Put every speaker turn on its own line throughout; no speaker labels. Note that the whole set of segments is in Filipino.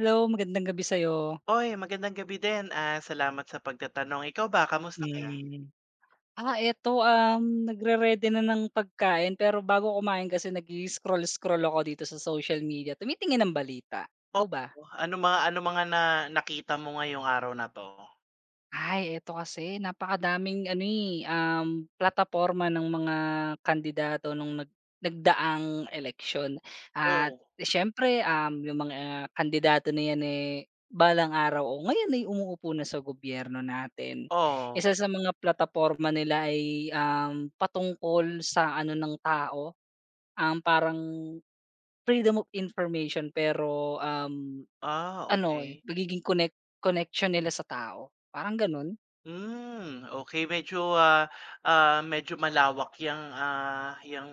Hello, magandang gabi sa'yo.
Oy, magandang gabi din, salamat sa pagtatanong. Ikaw ba, kamusta ka?
Hmm. Nagre-ready na ng pagkain pero bago kumain kasi nag-i-scroll-scroll ako dito sa social media, tumitingin ng balita. Ikaw ba?
Oo, ano mga na nakita mo ngayong araw na 'to?
Eto kasi napakadaming plataporma ng mga kandidato nung nagdaang eleksyon at
Oo.
siyempre, yung mga kandidato na yan, balang araw o ngayon ay umuupo na sa gobyerno natin.
Oo.
Isa sa mga plataporma nila ay, patungkol sa ano ng tao, parang freedom of information pero,
Ah, okey.
pagiging connection nila sa tao, parang gano'n.
Hmm, okey, medyo malawak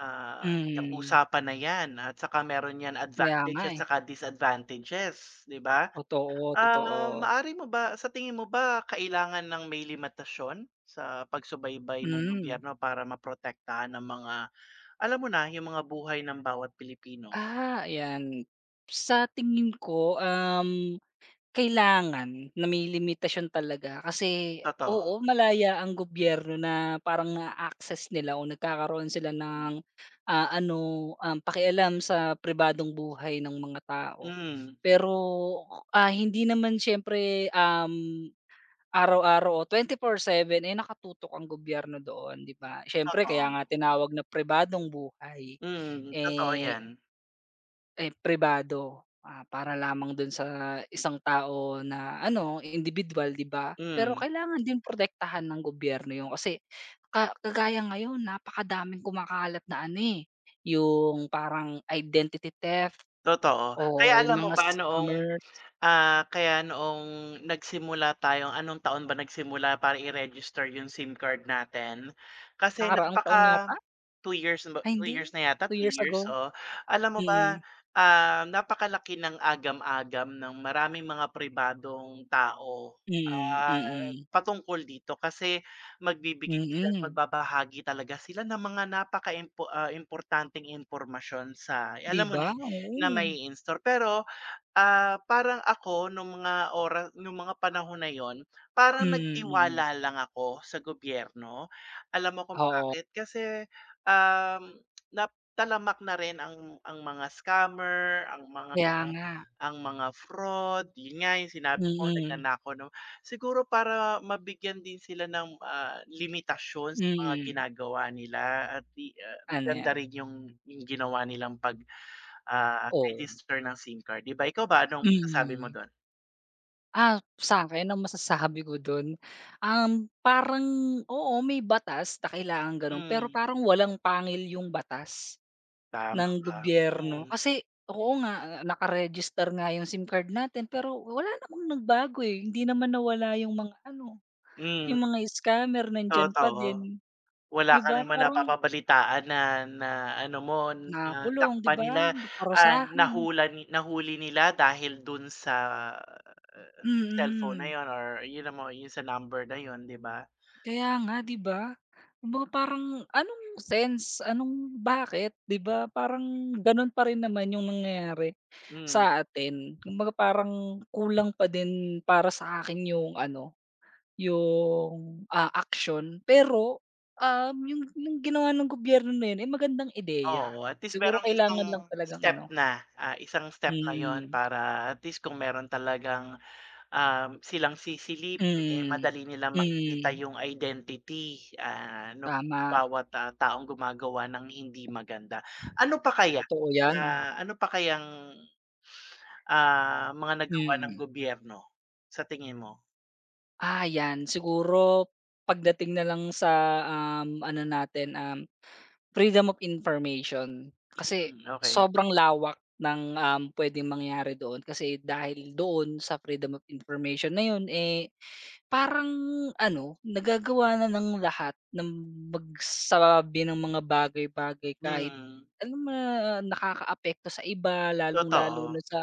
ah, 'yang
Mm,
usapan na 'yan, at saka meron 'yan
kaya nga,
advantages at
eh.
saka disadvantages, 'di ba?
Totoo, totoo.
Maaari mo ba, sa tingin mo ba kailangan ng may limitasyon sa pagsubaybay ng
Hmm,
gobyerno para maprotektahan ng mga, alam mo na, yung mga buhay ng bawat Pilipino?
ah, ayan. Sa tingin ko, kailangan na may limitasyon talaga kasi
Totoo,
oo, malaya ang gobyerno na parang na access nila o nagkakaroon sila
mm.
ng, ah, ano, pakialam sa pribadong buhay ng mga tao.
Mm,
Pero, hindi naman siyempre, araw-araw o 24/7 eh, nakatutok ang gobyerno doon, 'di ba? Siyempre
totoo.
kaya nga tinawag na pribadong buhay,
Mm, totoo
eh,
'yan.
eh, pribado, para lamang dun sa isang tao na ano, individual, 'di ba? Pero
Mm,
kailangan din protektahan ng gobyerno yung kasi kagaya ngayon napakadaming kumakalat na yung parang identity theft
totoo. Kaya
o yung
alam mo
mga
ba noong,
scammers.
kaya noong nagsimula tayong anong taon ba nagsimula para i-register yung SIM card natin? Kasi
Nakaraang taon yata?
2 years na ba?
Ay
2
hindi,
years na yata,
two
3
years
years,
ago?
so Alam mo ba,
Mm.
napakalaki ng agam-agam ng maraming mga pribadong tao,
Mm, mm.
patungkol dito kasi magbibigay sila at
Mm,
magbabahagi talaga sila ng mga importanteng impormasyon sa,
'di
alam mo na
ba?
yun, na
Oo.
may in store. Pero ah, parang ako nung mga oras, nung mga panahon na yun, parang
Mm, mm.
nagtiwala lang ako sa gobyerno. Alam mo kung
Oo,
bakit? Kasi, um, nap na rin ang mga scammer, ang mga
kaya nga.
ang mga fraud, yun nga yung sinabi mo,
Mm,
nagnanakaw, no? Siguro para mabigyan din sila ng, limitasyon sa mga
mm.
ginagawa nila, at
Ano
maganda
'yan?
rin yung ginawa nilang pag
Oo,
register ng SIM card, 'di ba? Ikaw ba, anong masasabi mo
mm.
don?
Ah, sa'kin ang masasabi ko dun, um, parang oo, may batas na kailangang ganon. Pero
Hmm,
parang walang pangil yung batas
tama
ng
ka.
gobyerno.
Hmm,
Kasi oo nga, naka-register nga yung SIM card natin pero wala namang nagbago, eh, hindi naman nawala yung mga ano.
hmm,
Yung mga scammer nandiyan pa
totoo.
din,
Wala
'di
ka
ba?
naman
Parang
napapabalitaan na na ano mo, na
nakakulong, 'di
dakpa
ba?
nila,
Naparusahan,
nahula ni nahuli nila dahil dun sa, eh, cellphone na
mm.
yun, or yun mo yung sa number na yun, 'di ba?
Kaya nga, 'di ba? Kumbaga parang anong sense, anong bakit, 'di ba? Parang gano'n pa rin naman yung nangyayari
Hmm,
sa atin. Kumbaga parang kulang pa din para sa akin yung ano, yung action. Pero, yung ginawa ng gobyerno na yun, eh, magandang ideya.
oo, at least
Siguro
merong isang
kailangan lang talagang ano.
isang step na yun,
Mm.
para at least kung meron talagang, silang sisilipin, eh,
Mm,
madali nilang makikita
mm,
yung identity, ah, nung
tama,
bawat, taong gumagawa ng hindi maganda. Ano pa kaya
totoo yan,
na ano pa kayang, mga nagawa ng
mm.
gobyerno sa tingin mo?
Ah, yan siguro pagdating na lang sa, ano natin, freedom of information. Kasi
Mm, okey.
sobrang lawak ng, pwedeng mangyari doon kasi dahil doon sa freedom of information na yun, eh, parang ano nagagawa na ng lahat ng magsabi ng mga bagay-bagay kahit
Mm,
alam mo nakakaapekto sa iba lalong-lalo
totoo.
na sa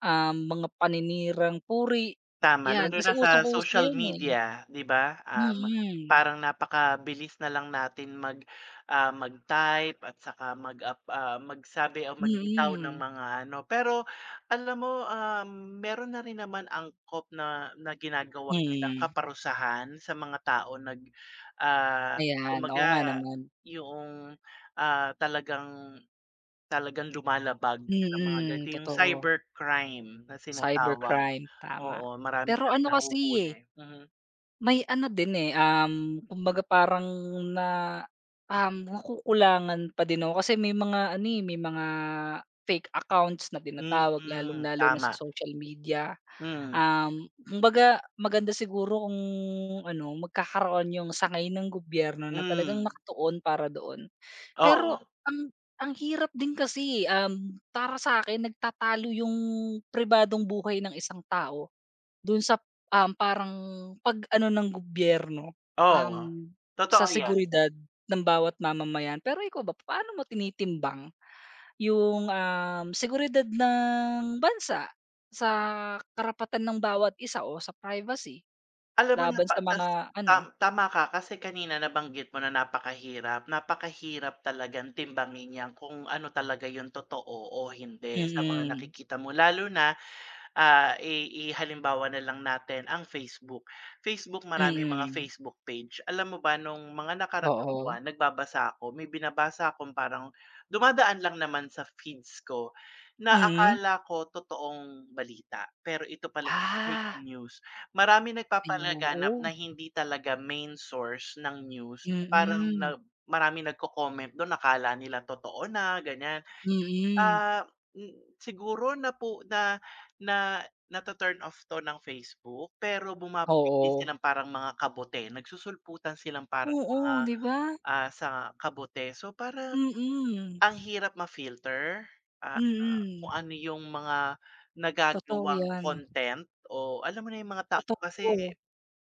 um, mga paninirang puri,
Tama,
'yan
lalo na
kasi
sa
usong-uso
social
'yun, eh.
media, 'di ba?
Mm,
Parang napakabilis na lang natin mag-, mag-type, at saka magsabi o magbitaw ng
mm,
mga ano. Pero alam mo, meron na rin naman angkop na na ginagawa nilang
mm.
kaparusahan sa mga taong
Ayan, oo
kumbaga,
nga naman.
yoong, ah, talagang Talagang lumalabag sa mga ganito,
Mm,
yung
totoo.
cybercrime na sinatawag.
Cybercrime, tama.
Oo, marami
Pero
na rin
ano kasi, eh,
nahuhuli, mhm.
may ano din, eh, kumbaga parang na, nakukulangan pa din ako kasi may mga may mga fake accounts na
Mm,
tinatawag lalong-lalo na
tama.
sa social media.
Hmm,
Kumbaga maganda siguro kung ano, magkakaroon yung sangay ng gobyerno na talagang
hmm,
nakatuon para doon.
oo,
Pero ang ang hirap din kasi, eh, para sa'kin nagtatalo yung pribadong buhay ng isang tao dun sa, parang pag-ano ng gobyerno,
oo,
um,
totoo
sa
'yan.
seguridad ng bawat mamamayan. Pero ikaw ba, paano mo tinitimbang yung, seguridad ng bansa sa karapatan ng bawat isa o sa privacy
Alam mo,
laban
napa
sa
tas
mga
tam
ano
tama ka, kasi kanina nabanggit mo na napakahirap, napakahirap talagang timbangin 'yan, kung ano talaga yung totoo o hindi sa mga
mm,
nakikita mo, lalo na. Ah, i Ihalimbawa na lang natin ang Facebook. Facebook, maraming mga
mm.
Facebook page. Alam mo ba, nung mga nakaraang
Oo,
buwan nagbabasa ako, may binabasa akong parang dumadaan lang naman sa feeds ko, na
mm.
akala ko totoong balita, pero ito pala fake
Ah,
news. Marami
ayun,
nagpapalaganap na
oo.
hindi talaga main source ng news, parang
Mm,
na maraming nagko-comment dun akala nila totoo na, ganyan.
mm.
Ah, Siguro na po na na nato-turn off 'to ng Facebook, pero bumabalik din
Oo.
silang parang mga kabote, nagsusulputan silang parang mga,
Oo, 'di ba?
ah, sa kabote. So, parang
Mm,
ang hirap ma-filter, kung
mm.
ano yung mga
Totoo
nagagawang
'yan,
content, o alam mo na, yung mga tao kasi
totoo,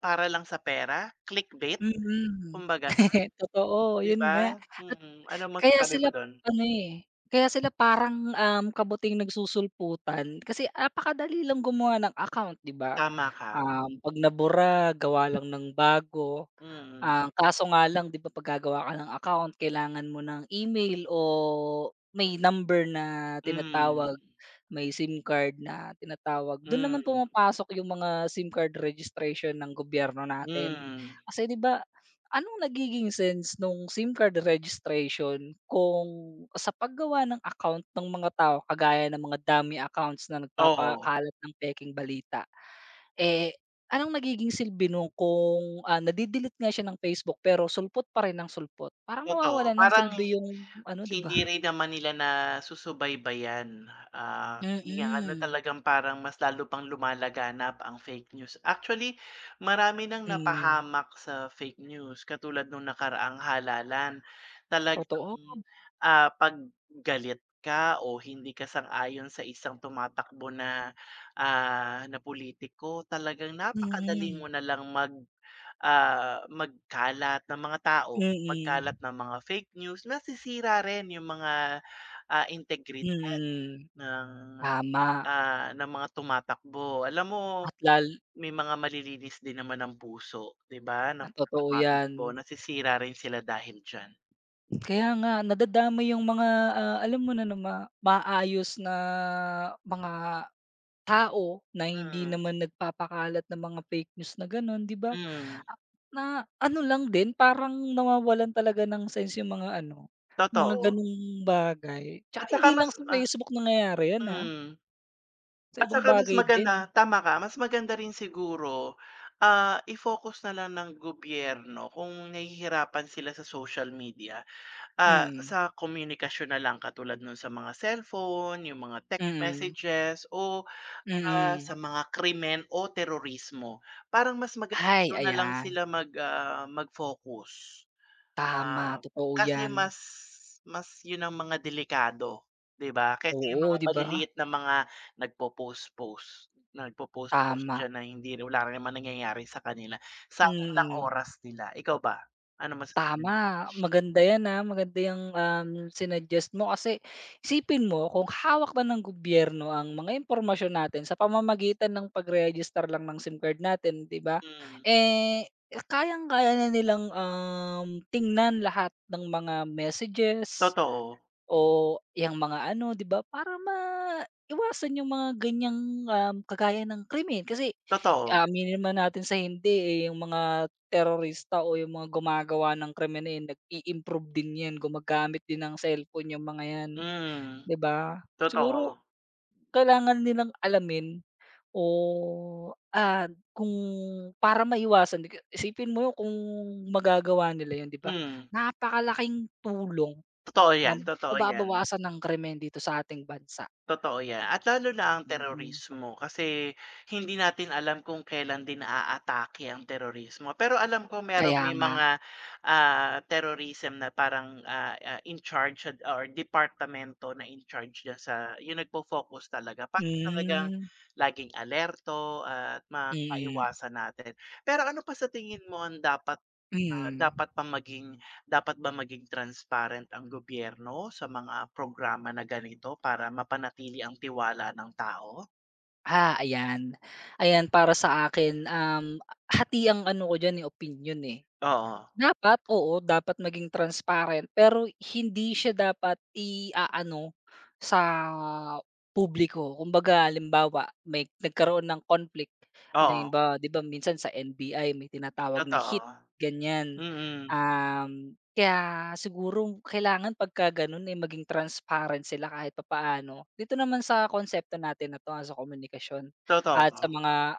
para lang sa pera, clickbait
mm.
kumbaga,
Totoo,
'di
'yun
ba?
nga at
Mm, ano
kaya
masasabi mo
sila
dun?
ano, eh, kaya sila parang kabuting nagsusulputan kasi apakadali lang gumawa ng account, 'di ba?
Tama ka,
'Pag nabura gawa lang ng bago.
mm,
Ang kaso nga lang 'di ba 'pag gagawa ka ng account kailangan mo ng email o may number na
hmm,
tinatawag, may SIM card na tinatawag. Dun naman
hmm.
pumapasok yung mga SIM card registration ng gobyerno natin.
Hmm,
Kasi 'di ba, anong nagiging sense nung SIM card registration kung sa paggawa ng account ng mga tao kagaya ng mga dummy accounts na
oo,
nagpapakalat ng pekeng balita? Eh, anong nagiging silbi nun kung, nade-delete nga siya ng Facebook pero sulpot pa rin ng sulpot? Parang
totoo.
nawawalan ng
Parang
silbi yung ano, 'di ba?
hindi rin naman nila nasusubaybayan, ah, Hmm. iya ano,
Mm-hmm.
talagang parang mas lalo pang lumalaganap ang fake news. Actually, marami nang
Mm, hmm,
napahamak sa fake news, katulad nung nakaraang halalan. Talagang,
totoo.
'pag galit ka o hindi ka sang-ayon sa isang tumatakbo na politiko, talagang napakadali
Mm,
mo na lang mag-, magkalat ng mga tao.
mm,
Pagkalat ng mga fake news, nasisira rin yung mga, integridad
mm,
ng,
tama
ng mga tumatakbo. Alam mo,
at lal
may mga malilinis din naman ang puso, 'di ba, ng
at
mga
totoo 'yan.
tumatakbo, nasisira rin sila dahil diyan.
Kaya nga nadadamay yung mga, alam mo na na ma maayos na mga tao na hindi
Mm,
naman nagpapakalat ng mga fake news na gano'n, 'di ba?
hmm,
Ah, na ano lang din parang nawawalan talaga ng sense yung mga ano, mga
totoo.
ganong bagay. Tsaka
At saka
hindi
mas
lang sa
ah,
Facebook nangyayari yan, ah,
hmm,
sa
at
ibang
saka mas
bagay din.
maganda, tama ka, mas maganda rin siguro, i-focus na lang ng gobyerno kung nahihirapan sila sa social media.
Mm,
Sa komunikasyon na lang, katulad nun sa mga cellphone, yung mga text
mm,
messages o, sa
mm.
mga krimen o terorismo. Parang mas maganda
Ay,
dun na lang
ayan,
sila mag-focus.
tama,
Ah,
totoo
kasi
yan.
mas mas yun ang mga delikado, 'di ba? Kasi yung
Oo,
mga
'di ba?
maliliit na mga nagpo-post-post, nagpo-post-post
Tama,
diyan, na hindi, wala rin naman nangyayari sa kanila, sayang lang
mm.
oras nila. Ikaw ba? Ano masasabi mo?
Tama, maganda 'yan, maganda yung sinuggest mo kasi isipin mo kung hawak na ng gobyerno ang mga impormasyon natin sa pamamagitan ng pag-register lang ng SIM card natin, 'di ba?
Mm,
Eh, kayang-kaya na nilang, tingnan lahat ng mga messages,
totoo.
o yung mga ano, 'di ba, para maiwasan yung mga ganyang, kagaya ng krimen. Kasi
Totoo,
aminin naman natin sa hindi, eh, yung mga terorista o yung mga gumagawa ng krimen na nag-i-improve din 'yan, gumagamit din ng cellphone yung mga 'yan,
mm,
'di ba? Siguro
totoo,
kailangan nilang alamin o, kung para maiwasan, isipin mo yun kung magagawa nila yun, 'di ba?
mm,
Napakalaking tulong.
totoo
Na
'yan, totoo 'yan,
nababawasan ang krimen dito sa ating bansa,
totoo 'yan, at lalo na ang
mm.
terorismo, kasi hindi natin alam kung kailan din naaatake ang terorismo. Pero alam ko merong
Kaya
may
nga.
mga, terrorism na parang, in charge or departamento na in charge diyan, sa yung nagpo-focus talaga para talagang
Hmm,
laging alerto at
mm,
maiwasan natin. Pero ano pa sa tingin mo ang dapat Ah,
hmm.
dapat pa maging dapat ba maging transparent ang gobyerno sa mga programa na ganito para mapanatili ang tiwala ng tao?
Ah, ayan. Ayan para sa akin, hati ang ano ko diyan, eh, opinyon, eh.
Oo,
Dapat, oo, dapat maging transparent pero hindi siya dapat iaano sa publiko. Kumbaga halimbawa may nagkaroon ng conflict,
oo,
halimbawa 'di ba minsan sa NBI may tinatawag na hit,
totoo.
ganyan.
Mm,
Kaya siguro kailangan pagka gano'n, eh, maging transparent sila kahit papaano. Dito naman sa konsepto natin na 'to, sa komunikasyon
totoo.
at sa mga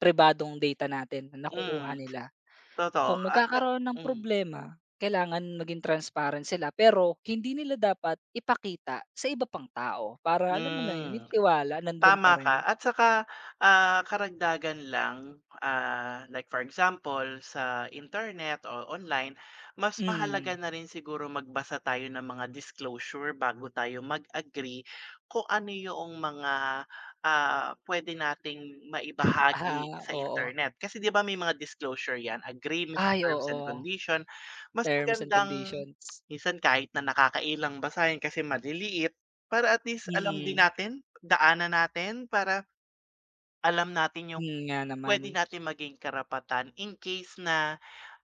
pribadong data natin na
Hmm,
nakukuha nila.
totoo
Kung
at sa
magkakaroon ng
hmm,
problema, kailangan maging transparent sila pero hindi nila dapat ipakita sa iba pang tao para alam mo na yun,
hmm.
yung tiwala nandun pa
Tama
rin.
ka, at saka, karagdagan lang, like for example sa internet o online, mas mahalaga
Hmm,
na rin siguro magbasa tayo ng mga disclosure bago tayo mag-agree kung ano yoong mga, puwede nating maibahagi
ah,
sa
oo.
internet. Kasi 'di ba may mga disclosure 'yan, agreement,
Ay,
terms and
oo,
condition. Mas
terms and
magandang
conditions.
minsan kahit na nakakailang basahin kasi maliliit, para at least alam din
Mm,
natin, daanan natin para alam natin yung
yun nga naman.
puwede natin maging karapatan in case na,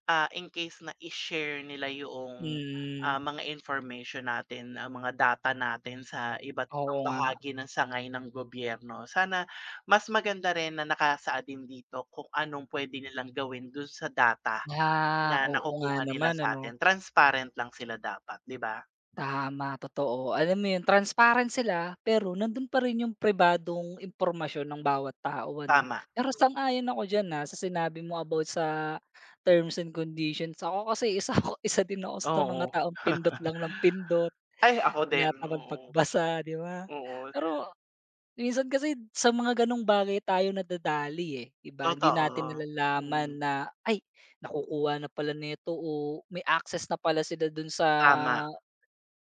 ah, in case na i-share nila yung,
Mm,
mga information natin, ang mga data natin sa iba't
oo
ibang
nga.
bahagi ng sangay ng gobyerno. Sana mas maganda rin na nakasaad din dito kung anong puwede nilang gawin dun sa data
Ah,
na
oo nga
nakukuha nila
naman
sa
ano.
atin. Transparent lang sila dapat, 'di ba?
Tama, totoo. Alam mo 'yun, transparent sila pero nandun pa rin yung pribadong impormasyon ng bawat tao ano.
Tama.
Pero
Mm,
sang-ayon ako diyan, sa sinabi mo about sa terms and conditions. Ako kasi isa ako isa din ako sa mga
oo.
taong pindot lang ng pindot,
Ay, ako din,
tinatamad
oo,
pagbasa 'di ba?
oo.
Pero minsan kasi sa mga gano'ng bagay tayo nadadali, eh, 'di ba? Hindi
Totoo,
natin
mm,
nalalaman na, "Ay, nakukuha na pala nito o may access na pala sila dun sa
tama,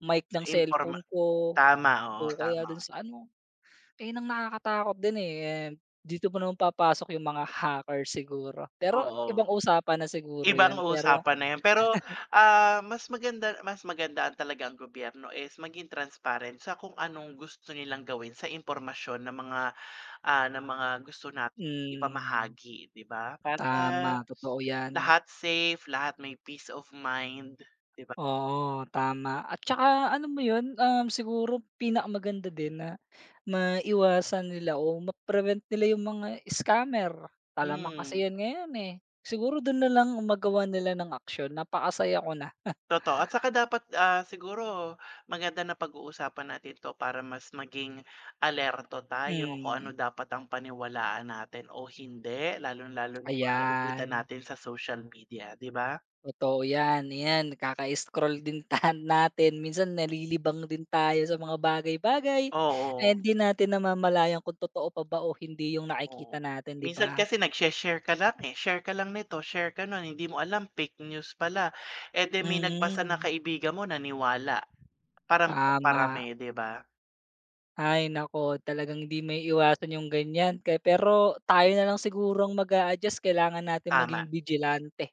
mic ng
imporma
cellphone ko
tama,
o
oo,
kaya
tama,
dun sa ano, ayun ang nakakatakot din, eh, and dito pa naman papasok yung mga hacker siguro. Pero
oo.
ibang usapan na siguro
Ibang
yun pero
usapan na 'yan, pero, mas magandaan talaga ang gobyerno is maging transparent sa kung anong gusto nilang gawin sa impormasyon ng mga, gusto nating
mm,
ipamahagi, 'di ba? Para
tama totoo yan.
lahat safe, lahat may peace of mind, 'di ba?
Oo, tama at tsaka ano mo yun, siguro pinakamaganda din na maiwasan nila o ma-prevent nila yung mga scammer. Talamak
Hmm.
kasi yan ngayon, eh. Siguro dun na lang magawa nila ng action napakasaya ko na.
Totoo, at saka dapat, siguro maganda na pag-uusapan natin 'to para mas maging alerto tayo kung ano
Hmm.
dapat ang paniwalaan natin o hindi, lalong-lalo na kung nakikita
Ayan,
natin sa social media, 'di ba?
totoo yan. Ayan, kaka-scroll din ta natin minsan nalilibang din tayo sa mga bagay-bagay ay
Oo,
hindi natin namamalayan kung totoo pa ba o hindi yung
oo.
nakikita natin, 'di
Minsan
ba?
kasi nag-she-share ka lang, eh, share ka lang nito, share ka nun, hindi mo alam fake news pala, eh, 'di may nagbasa na
Mm,
kaibigan mo, naniwala, parami ng parami,
tama.
'di ba?
Ay nako, talagang hindi maiiwasan yung ganyan kaya pero tayo na lang siguro mag adjust kailangan natin
Tama.
maging vigilante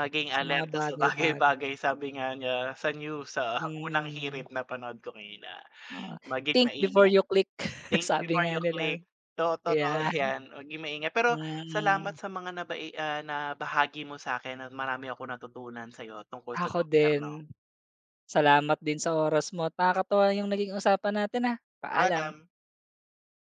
Maging
sa mga
alerto sa
bagay-bagay.
bagay-bagay, sabi nga niya sa news, sa unang
Mm,
hirit na panood ko kanina,
oo,
maging
"Think before
maingat,
you click,"
think
sabi
before
nga
you
nila.
click. Totoo
Yeah.
yan, maging maingat. Pero salamat
Mm.
sa mga nabahagi mo sa'kin, at marami akong natutunan sa'yo tungkol sa
Ako
gobyerno.
din. Salamat din sa oras mo at nakakatuwa yung naging usapan natin, ah. Paalam.
Paalam.